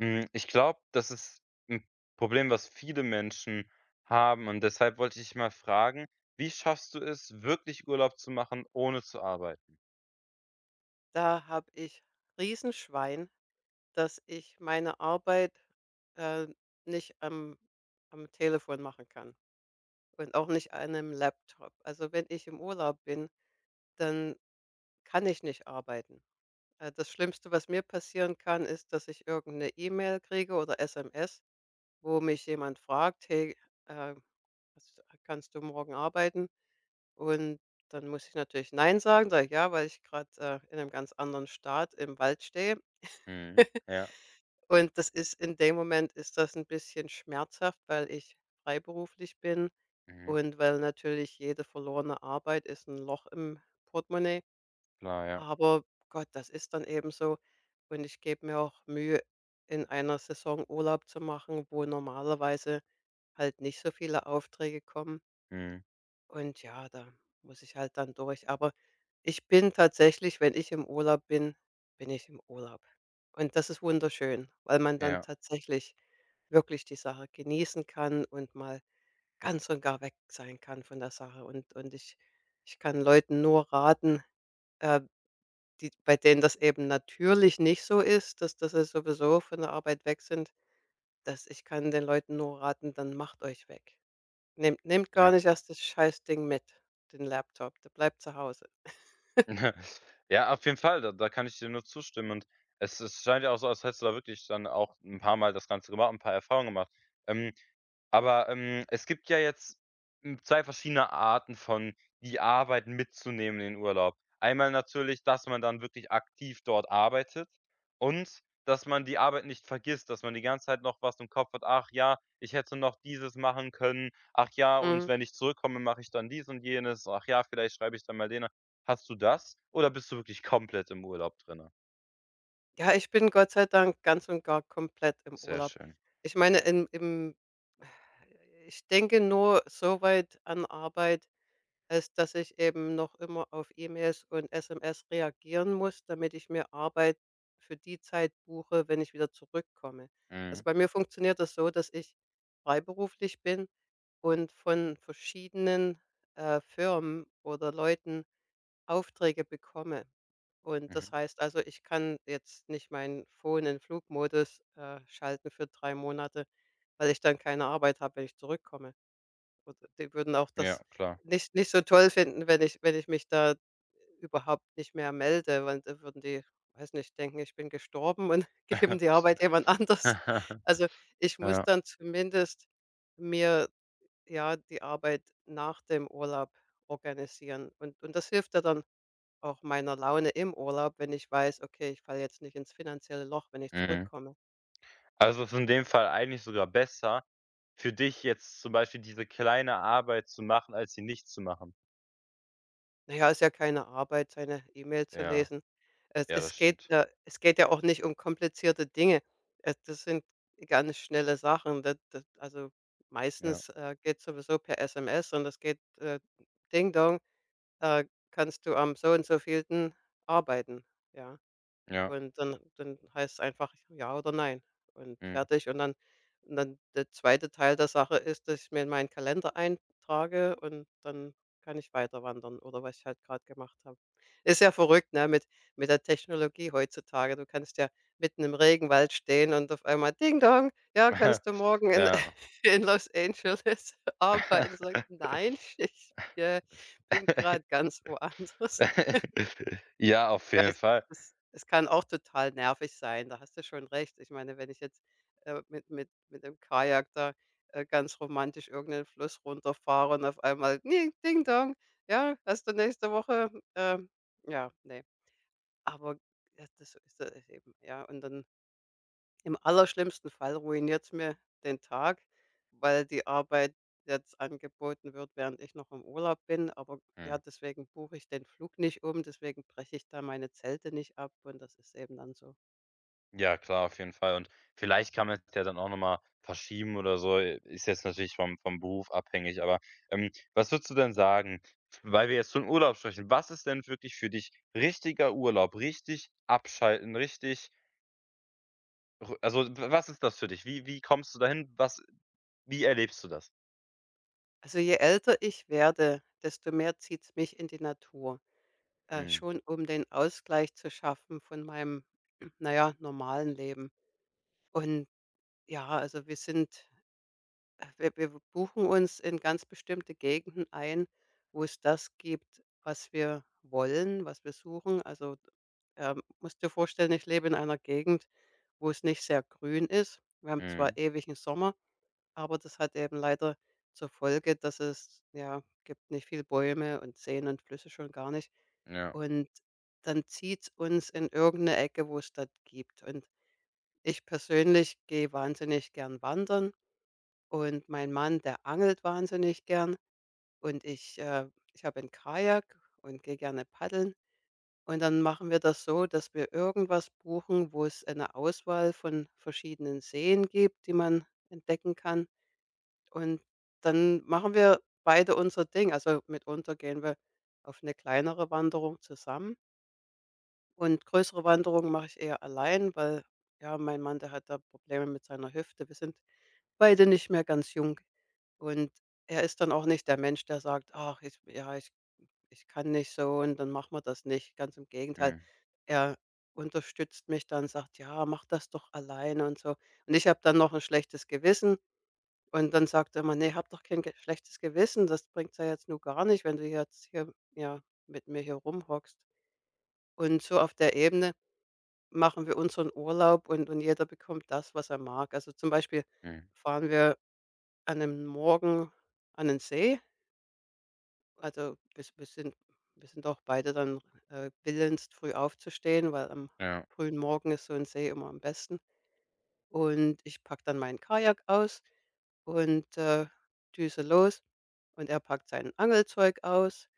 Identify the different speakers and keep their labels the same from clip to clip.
Speaker 1: Hm, ich glaube, das ist ein Problem, was viele Menschen haben, und deshalb wollte ich dich mal fragen: Wie schaffst du es, wirklich Urlaub zu machen, ohne zu arbeiten?
Speaker 2: Da habe ich Riesenschwein, dass ich meine Arbeit, äh, nicht am Telefon machen kann und auch nicht an einem Laptop. Also, wenn ich im Urlaub bin, dann kann ich nicht arbeiten. Das Schlimmste, was mir passieren kann, ist, dass ich irgendeine E-Mail kriege oder SMS, wo mich jemand fragt: „Hey, äh, hast kannst du morgen arbeiten?“ Und dann muss ich natürlich nein sagen, sage ich: „Ja, weil ich gerade in einem ganz anderen Staat im Wald stehe.“
Speaker 1: Mhm. Ja.
Speaker 2: Und das ist In dem Moment ist das ein bisschen schmerzhaft, weil ich freiberuflich bin
Speaker 1: Mhm.
Speaker 2: und weil natürlich jede verlorene Arbeit ist ein Loch im Portemonnaie.
Speaker 1: Klar, ja.
Speaker 2: Aber Gott, das ist dann eben so. Und ich gebe mir auch Mühe, in einer Saison Urlaub zu machen, wo normalerweise halt nicht so viele Aufträge kommen.
Speaker 1: Mhm.
Speaker 2: Und ja, da muss ich halt dann durch. Aber ich bin tatsächlich, wenn ich im Urlaub bin, bin ich im Urlaub. Und das ist wunderschön, weil man dann
Speaker 1: Ja,
Speaker 2: tatsächlich wirklich die Sache genießen kann und mal ganz und gar weg sein kann von der Sache. Und ich kann Leuten nur raten, äh, die bei denen das eben natürlich nicht so ist, dass dass sie sowieso von der Arbeit weg sind. Dass ich Kann den Leuten nur raten, dann macht euch weg. Nehmt gar
Speaker 1: ja.
Speaker 2: nicht erst das Scheißding mit, den Laptop, der bleibt zu Hause.
Speaker 1: Ja, auf jeden Fall, da kann ich dir nur zustimmen. Und es scheint ja auch so, als hättest du da wirklich dann auch ein paar Mal das Ganze gemacht, ein paar Erfahrungen gemacht. Ähm Aber, es gibt ja jetzt, hm, 2 verschiedene Arten von die Arbeit mitzunehmen in den Urlaub. Einmal natürlich, dass man dann wirklich aktiv dort arbeitet, und dass man die Arbeit nicht vergisst, dass man die ganze Zeit noch was im Kopf hat: „Ach ja, ich hätte noch dieses machen können. Ach ja, und
Speaker 2: Mhm.
Speaker 1: wenn ich zurückkomme, mache ich dann dies und jenes. Ach ja, vielleicht schreibe ich dann mal den“ Hast du das, oder bist du wirklich komplett im Urlaub drinne?
Speaker 2: Ja, ich bin Gott sei Dank ganz und gar komplett im
Speaker 1: Sehr
Speaker 2: Urlaub.
Speaker 1: schön.
Speaker 2: Ich meine, im im ich denke nur so weit an Arbeit, ist, dass ich eben noch immer auf E-Mails und SMS reagieren muss, damit ich mir Arbeit für die Zeit buche, wenn ich wieder zurückkomme. Also
Speaker 1: Mhm,
Speaker 2: bei mir funktioniert das so, dass ich freiberuflich bin und von verschiedenen Firmen oder Leuten Aufträge bekomme. Und
Speaker 1: mhm.
Speaker 2: das heißt also, ich kann jetzt nicht mein Phone in Flugmodus schalten für 3 Monate, weil ich dann keine Arbeit habe, wenn ich zurückkomme. Und die würden auch das
Speaker 1: Ja, klar.
Speaker 2: nicht so toll finden, wenn ich mich da überhaupt nicht mehr melde, weil da würden die, weiß nicht, denken, ich bin gestorben und geben die Arbeit jemand anders. Also, ich muss
Speaker 1: Ja.
Speaker 2: dann zumindest mir, ja, die Arbeit nach dem Urlaub organisieren. Und das hilft ja dann auch meiner Laune im Urlaub, wenn ich weiß: „Okay, ich falle jetzt nicht ins finanzielle Loch, wenn ich
Speaker 1: Mhm.
Speaker 2: zurückkomme.“
Speaker 1: Also, ist in dem Fall eigentlich sogar besser für dich jetzt zum Beispiel, diese kleine Arbeit zu machen, als sie nicht zu machen.
Speaker 2: Naja, ist ja keine Arbeit, seine E-Mail zu
Speaker 1: Ja,
Speaker 2: lesen. Es
Speaker 1: ja,
Speaker 2: es
Speaker 1: das
Speaker 2: geht
Speaker 1: stimmt.
Speaker 2: ja es geht ja auch nicht um komplizierte Dinge. Das sind ganz schnelle Sachen. Da da also,
Speaker 1: Ja,
Speaker 2: meistens, geht's sowieso per SMS und es geht: „Ding Dong, äh, kannst du am so und so vielten arbeiten?“ Ja.
Speaker 1: ja,
Speaker 2: Und dann heißt es einfach ja oder nein und
Speaker 1: mhm.
Speaker 2: fertig. Und dann der zweite Teil der Sache ist, dass ich mir in meinen Kalender eintrage und dann kann ich weiter wandern oder was ich halt gerade gemacht habe. Ist ja verrückt, ne, mit der Technologie heutzutage. Du kannst ja mitten im Regenwald stehen und auf einmal: „Ding Dong, ja, kannst du morgen in
Speaker 1: Ja.
Speaker 2: in Los Angeles arbeiten?“ sagt „Nein, ich, bin gerade ganz woanders.“
Speaker 1: Ja, auf
Speaker 2: Ja,
Speaker 1: jeden
Speaker 2: es
Speaker 1: Fall.
Speaker 2: kann auch total nervig sein, da hast du schon recht. Ich meine, wenn ich jetzt, mit dem Kajak da, ganz romantisch irgendeinen Fluss runterfahre und auf einmal: „Ding, Ding Dong, ja, hast du nächste Woche“ ja, nee. Aber ja, das so ist da eben, ja, und dann im allerschlimmsten Fall ruiniert's mir den Tag, weil die Arbeit jetzt angeboten wird, während ich noch im Urlaub bin. Aber
Speaker 1: Mhm.
Speaker 2: ja, deswegen buche ich den Flug nicht um, deswegen breche ich da meine Zelte nicht ab und das ist eben dann so.
Speaker 1: Ja, klar, auf jeden Fall. Und vielleicht kann man es ja dann auch noch mal verschieben oder so. Ist jetzt natürlich vom Beruf abhängig, aber, was würdest du denn sagen, weil wir jetzt von Urlaub sprechen, was ist denn wirklich für dich richtiger Urlaub? Richtig abschalten, richtig Ru, also, w was ist das für dich? Wie kommst du dahin? Was, wie erlebst du das?
Speaker 2: Also, je älter ich werde, desto mehr zieht's mich in die Natur,
Speaker 1: Mhm,
Speaker 2: schon um den Ausgleich zu schaffen von meinem, naja, normalen Leben. Und ja, also wir sind Äh, wir wir buchen uns in ganz bestimmte Gegenden ein, wo es das gibt, was wir wollen, was wir suchen. Also, musst dir vorstellen, ich lebe in einer Gegend, wo es nicht sehr grün ist. Wir haben zwar
Speaker 1: mhm,
Speaker 2: ewigen Sommer, aber das hat eben leider zur Folge, dass es, ja, gibt nicht viel Bäume und Seen und Flüsse schon gar nicht.
Speaker 1: ja,
Speaker 2: Und dann zieht es uns in irgendeine Ecke, wo es das gibt. Und ich persönlich gehe wahnsinnig gern wandern. Und mein Mann, der angelt wahnsinnig gern und ich habe ein Kajak und gehe gerne paddeln. Und dann machen wir das so, dass wir irgendwas buchen, wo es eine Auswahl von verschiedenen Seen gibt, die man entdecken kann. Und dann machen wir beide unser Ding. Also, mitunter gehen wir auf eine kleinere Wanderung zusammen und größere Wanderungen mache ich eher allein, weil, ja, mein Mann, der hat da Probleme mit seiner Hüfte. Wir sind beide nicht mehr ganz jung. Und er ist dann auch nicht der Mensch, der sagt: „Ach, ich ja, ich ich kann nicht so und dann machen wir das nicht.“ Ganz im Gegenteil.
Speaker 1: mhm,
Speaker 2: Er unterstützt mich dann, sagt: „Ja, mach das doch alleine“ und so. Und ich habe dann noch ein schlechtes Gewissen und dann sagt er immer: nee, hab doch kein ge schlechtes Gewissen. Das bringt's ja jetzt nur gar nicht, wenn du jetzt hier, ja, mit mir hier rumhockst.“ Und so auf der Ebene machen wir unseren Urlaub und jeder bekommt das, was er mag. Also, zum Beispiel
Speaker 1: mhm,
Speaker 2: fahren wir an einem Morgen an den See. Also, wir wir sind auch beide dann, willens, früh aufzustehen, weil am
Speaker 1: ja,
Speaker 2: frühen Morgen ist so ein See immer am besten. Und ich packe dann meinen Kajak aus und, düse los und er packt sein Angelzeug aus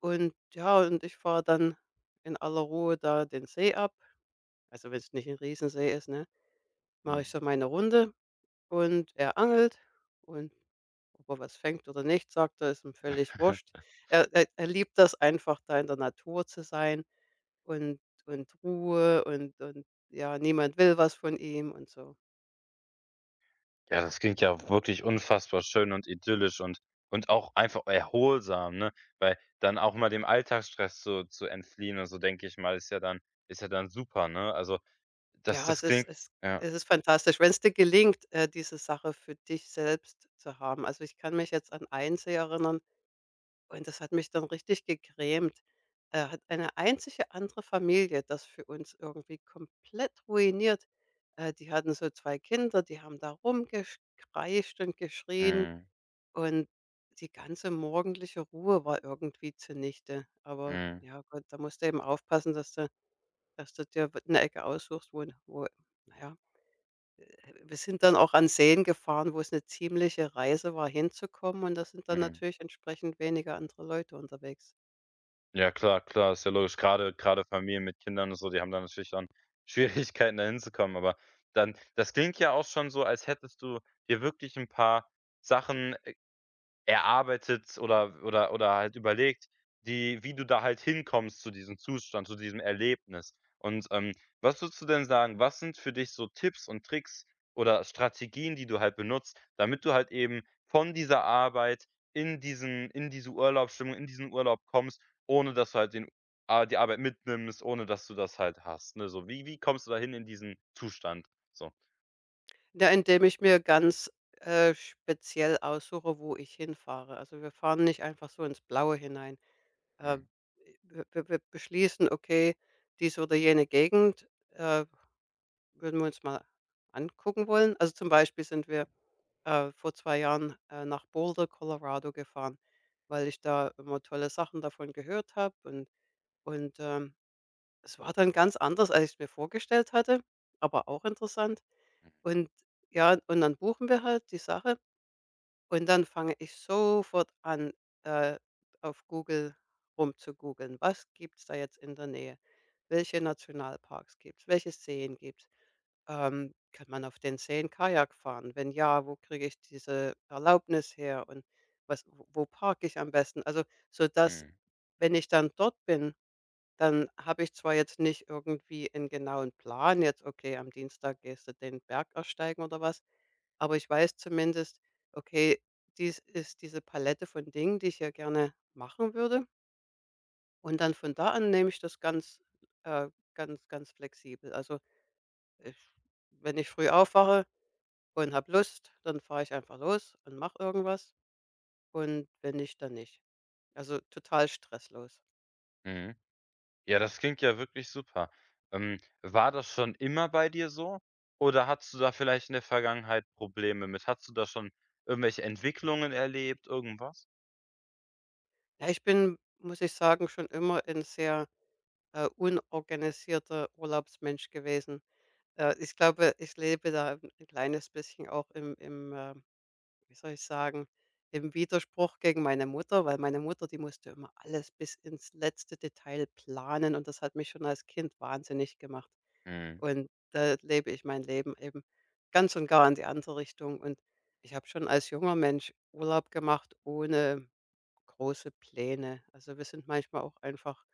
Speaker 2: und, ja, und ich fahre dann in aller Ruhe da den See ab. Also, wenn es nicht ein Riesensee ist, ne? Mache
Speaker 1: mhm.
Speaker 2: ich so meine Runde und er angelt und ob er was fängt oder nicht, sagt er, ist ihm völlig wurscht. Er liebt das einfach, da in der Natur zu sein und Ruhe und ja, niemand will was von ihm und so.
Speaker 1: Ja, das klingt ja wirklich unfassbar schön und idyllisch und auch einfach erholsam, ne? Weil dann auch mal dem Alltagsstress so zu entfliehen, und so, denke ich mal, ist ja dann super, ne? Also, das
Speaker 2: Ja, es
Speaker 1: das
Speaker 2: ist
Speaker 1: klingt ja,
Speaker 2: fantastisch, wenn es dir gelingt, diese Sache für dich selbst zu haben. Also, ich kann mich jetzt an eins erinnern. Und das hat mich dann richtig gegrämt. Hat eine einzige andere Familie das für uns irgendwie komplett ruiniert. Die hatten so 2 Kinder, die haben da rumgekreischt und geschrien
Speaker 1: mhm,
Speaker 2: und die ganze morgendliche Ruhe war irgendwie zunichte. Aber
Speaker 1: mhm,
Speaker 2: ja Gott, da musst du eben aufpassen, dass du dir eine Ecke aussuchst, na ja, wir sind dann auch an Seen gefahren, wo es eine ziemliche Reise war, hinzukommen und da sind dann
Speaker 1: mhm.
Speaker 2: natürlich entsprechend weniger andere Leute unterwegs.
Speaker 1: Ja, klar, klar, ist ja logisch. Gerade Familien mit Kindern und so, die haben da natürlich dann Schwierigkeiten, da hinzukommen. Aber dann, das klingt ja auch schon so, als hättest du dir wirklich ein paar Sachen erarbeitet oder halt überlegt, die wie du da halt hinkommst zu diesem Zustand, zu diesem Erlebnis. Und, was würdest du denn sagen, was sind für dich so Tipps und Tricks oder Strategien, die du halt benutzt, damit du halt eben von dieser Arbeit in diese Urlaubsstimmung, in diesen Urlaub kommst, ohne dass du halt den die Arbeit mitnimmst, ohne dass du das halt hast, ne? So, wie kommst du dahin in diesen Zustand? So.
Speaker 2: Ja, indem ich mir ganz, speziell aussuche, wo ich hinfahre. Also, wir fahren nicht einfach so ins Blaue hinein. Äh,
Speaker 1: Mhm,
Speaker 2: wir beschließen, okay, diese oder jene Gegend, äh, würden wir uns mal angucken wollen. Also, zum Beispiel sind wir, vor 2 Jahren, nach Boulder, Colorado gefahren, weil ich da immer tolle Sachen davon gehört habe und und, ähm, es war dann ganz anders, als ich's mir vorgestellt hatte, aber auch interessant.
Speaker 1: mhm,
Speaker 2: Und ja, und dann buchen wir halt die Sache und dann fange ich sofort an, äh, auf Google rumzugoogeln. Was gibt's da jetzt in der Nähe? Welche Nationalparks gibt's? Welche Seen gibt's? Kann man auf den Seen Kajak fahren? Wenn ja, wo kriege ich diese Erlaubnis her und was wo parke ich am besten? Also, so dass
Speaker 1: mhm,
Speaker 2: wenn ich dann dort bin, dann habe ich zwar jetzt nicht irgendwie einen genauen Plan, jetzt: „Okay, am Dienstag gehst du den Berg ersteigen“ oder was. Aber ich weiß zumindest, okay, dies ist diese Palette von Dingen, die ich ja gerne machen würde. Und dann von da an nehme ich das ganz, äh, ganz, ganz flexibel. Also ich, wenn ich früh aufwache und habe Lust, dann fahre ich einfach los und mache irgendwas. Und wenn nicht, dann nicht. Also total stresslos.
Speaker 1: mhm. Ja, das klingt ja wirklich super. War das schon immer bei dir so, oder hattest du da vielleicht in der Vergangenheit Probleme mit? Hattest du da schon irgendwelche Entwicklungen erlebt, irgendwas?
Speaker 2: Ja, ich bin, muss ich sagen, schon immer ein sehr unorganisierter Urlaubsmensch gewesen. Ich glaube, ich lebe da ein kleines bisschen auch im, im wie soll ich sagen, im Widerspruch gegen meine Mutter, weil meine Mutter, die musste immer alles bis ins letzte Detail planen und das hat mich schon als Kind wahnsinnig gemacht.
Speaker 1: Mhm,
Speaker 2: Und da lebe ich mein Leben eben ganz und gar in die andere Richtung. Und ich habe schon als junger Mensch Urlaub gemacht ohne große Pläne. Also wir sind manchmal auch einfach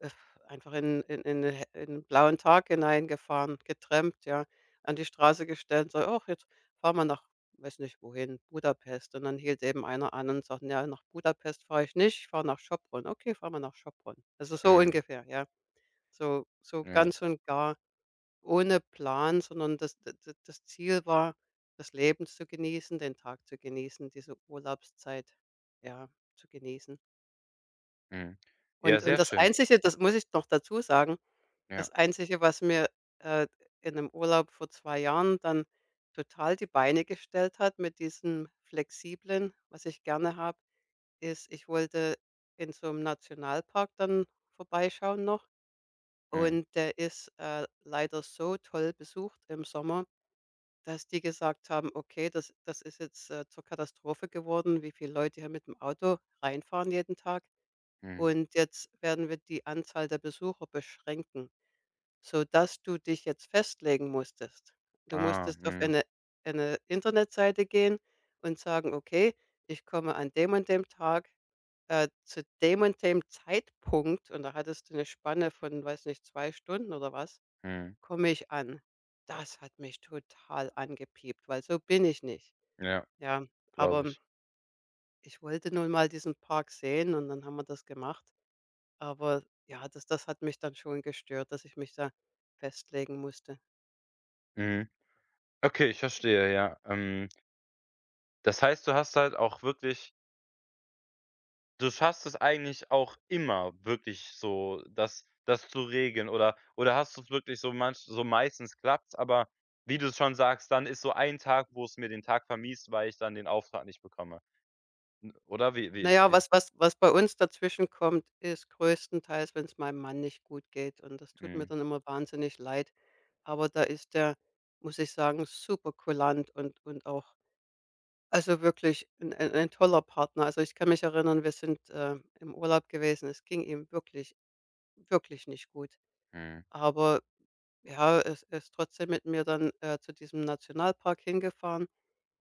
Speaker 2: äh, einfach in 'ne in 'n blauen Tag hineingefahren, getrampt, ja, an die Straße gestellt, so: „Ach, jetzt fahren wir nach“ weiß nicht wohin, Budapest. Und dann hielt eben einer an und sagt: „Ja, nach Budapest fahre ich nicht, ich fahre nach Sopron.“ „Okay, fahren wir nach Sopron.“ Also, so
Speaker 1: mhm,
Speaker 2: ungefähr, ja. So so
Speaker 1: ja,
Speaker 2: ganz und gar ohne Plan, sondern das d d das Ziel war, das Leben zu genießen, den Tag zu genießen, diese Urlaubszeit, ja, zu genießen.
Speaker 1: mhm. Ja,
Speaker 2: Und
Speaker 1: sehr
Speaker 2: das
Speaker 1: schön.
Speaker 2: Einzige, das muss ich noch dazu sagen, das
Speaker 1: Ja,
Speaker 2: Einzige, was mir, äh, in 'nem Urlaub vor 2 Jahren dann total die Beine gestellt hat mit diesem Flexiblen, was ich gerne habe, ist, ich wollte in so einem Nationalpark dann vorbeischauen noch
Speaker 1: mhm,
Speaker 2: und der ist, leider so toll besucht im Sommer, dass die gesagt haben: „Okay, das ist jetzt, zur Katastrophe geworden, wie viele Leute hier mit dem Auto reinfahren jeden Tag
Speaker 1: mhm.
Speaker 2: und jetzt werden wir die Anzahl der Besucher beschränken.“ Sodass du dich jetzt festlegen musstest. Du
Speaker 1: Ah,
Speaker 2: musstest auf
Speaker 1: mhm,
Speaker 2: eine Internetseite gehen und sagen: „Okay, ich komme an dem und dem Tag, zu dem und dem Zeitpunkt“ und da hattest du eine Spanne von, weiß nicht, 2 Stunden oder was,
Speaker 1: mhm.
Speaker 2: „komme ich an.“ Das hat mich total angepiept, weil so bin ich nicht,
Speaker 1: Ja,
Speaker 2: ja.
Speaker 1: glaube
Speaker 2: Aber
Speaker 1: ich.
Speaker 2: ich wollte nun mal diesen Park sehen und dann haben wir das gemacht. Aber ja, das hat mich dann schon gestört, dass ich mich da festlegen musste.
Speaker 1: Mhm. Okay, ich verstehe, ja. Das heißt, du hast halt auch wirklich du schaffst es eigentlich auch immer wirklich so, das zu regeln, oder hast du es wirklich so manch so meistens klappt's, aber wie du schon sagst, dann ist so ein Tag, wo es mir den Tag vermiest, weil ich dann den Auftrag nicht bekomme. N oder wie
Speaker 2: Na
Speaker 1: wie
Speaker 2: ja,
Speaker 1: wie?
Speaker 2: was bei uns dazwischen kommt, ist größtenteils, wenn es meinem Mann nicht gut geht und das tut mir
Speaker 1: Mhm,
Speaker 2: dann immer wahnsinnig leid. Aber da ist der, muss ich sagen, super kulant und auch, also wirklich 'n ein toller Partner. Also, ich kann mich erinnern, wir sind, im Urlaub gewesen. Es ging ihm wirklich, wirklich nicht gut.
Speaker 1: mhm,
Speaker 2: Aber ja, er ist trotzdem mit mir dann, zu diesem Nationalpark hingefahren.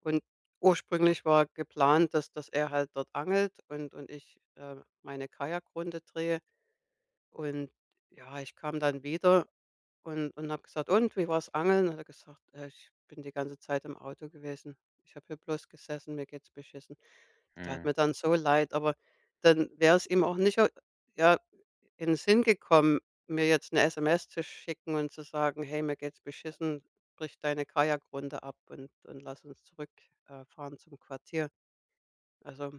Speaker 2: Und ursprünglich war geplant, dass er halt dort angelt und ich, meine Kajakrunde drehe. Und ja, ich kam dann wieder und habe gesagt: „Und, wie war's angeln?“ Hat er gesagt: „Ich bin die ganze Zeit im Auto gewesen. Ich habe hier bloß gesessen, mir geht's beschissen.“ Tat
Speaker 1: mhm.
Speaker 2: mir dann so leid, aber dann wäre es ihm auch nicht ja, in 'n Sinn gekommen, mir jetzt 'ne SMS zu schicken und zu sagen: „Hey, mir geht's beschissen, brich deine Kajakrunde ab und lass uns zurückfahren fahren zum Quartier.“ Also,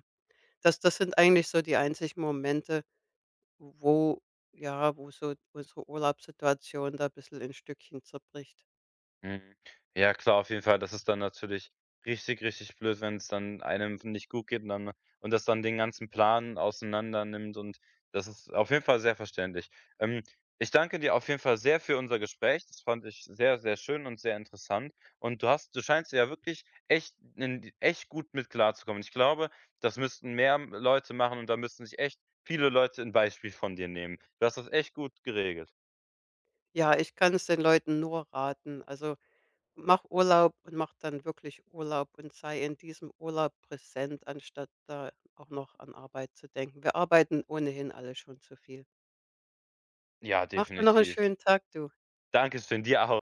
Speaker 2: das sind eigentlich so die einzigen Momente, wo ja, wo so unsere Urlaubssituation da bissel in Stückchen zerbricht.
Speaker 1: Mhm. Ja, klar, auf jeden Fall. Das ist dann natürlich richtig, richtig blöd, wenn es dann einem nicht gut geht und dann und das dann den ganzen Plan auseinander nimmt, und das ist auf jeden Fall sehr verständlich. Ähm, ich danke dir auf jeden Fall sehr für unser Gespräch. Das fand ich sehr, sehr schön und sehr interessant. Und du hast du scheinst ja wirklich echt in die- echt gut mit klarzukommen. Ich glaube, das müssten mehr Leute machen, und da müssten sich echt viele Leute ein Beispiel von dir nehmen. Du hast das echt gut geregelt.
Speaker 2: Ja, ich kann es den Leuten nur raten. Also, mach Urlaub und mach dann wirklich Urlaub und sei in diesem Urlaub präsent, anstatt da auch noch an Arbeit zu denken. Wir arbeiten ohnehin alle schon zu viel.
Speaker 1: Ja,
Speaker 2: Mach dir noch einen
Speaker 1: definitiv.
Speaker 2: schönen Tag, du.
Speaker 1: Dankeschön, dir auch.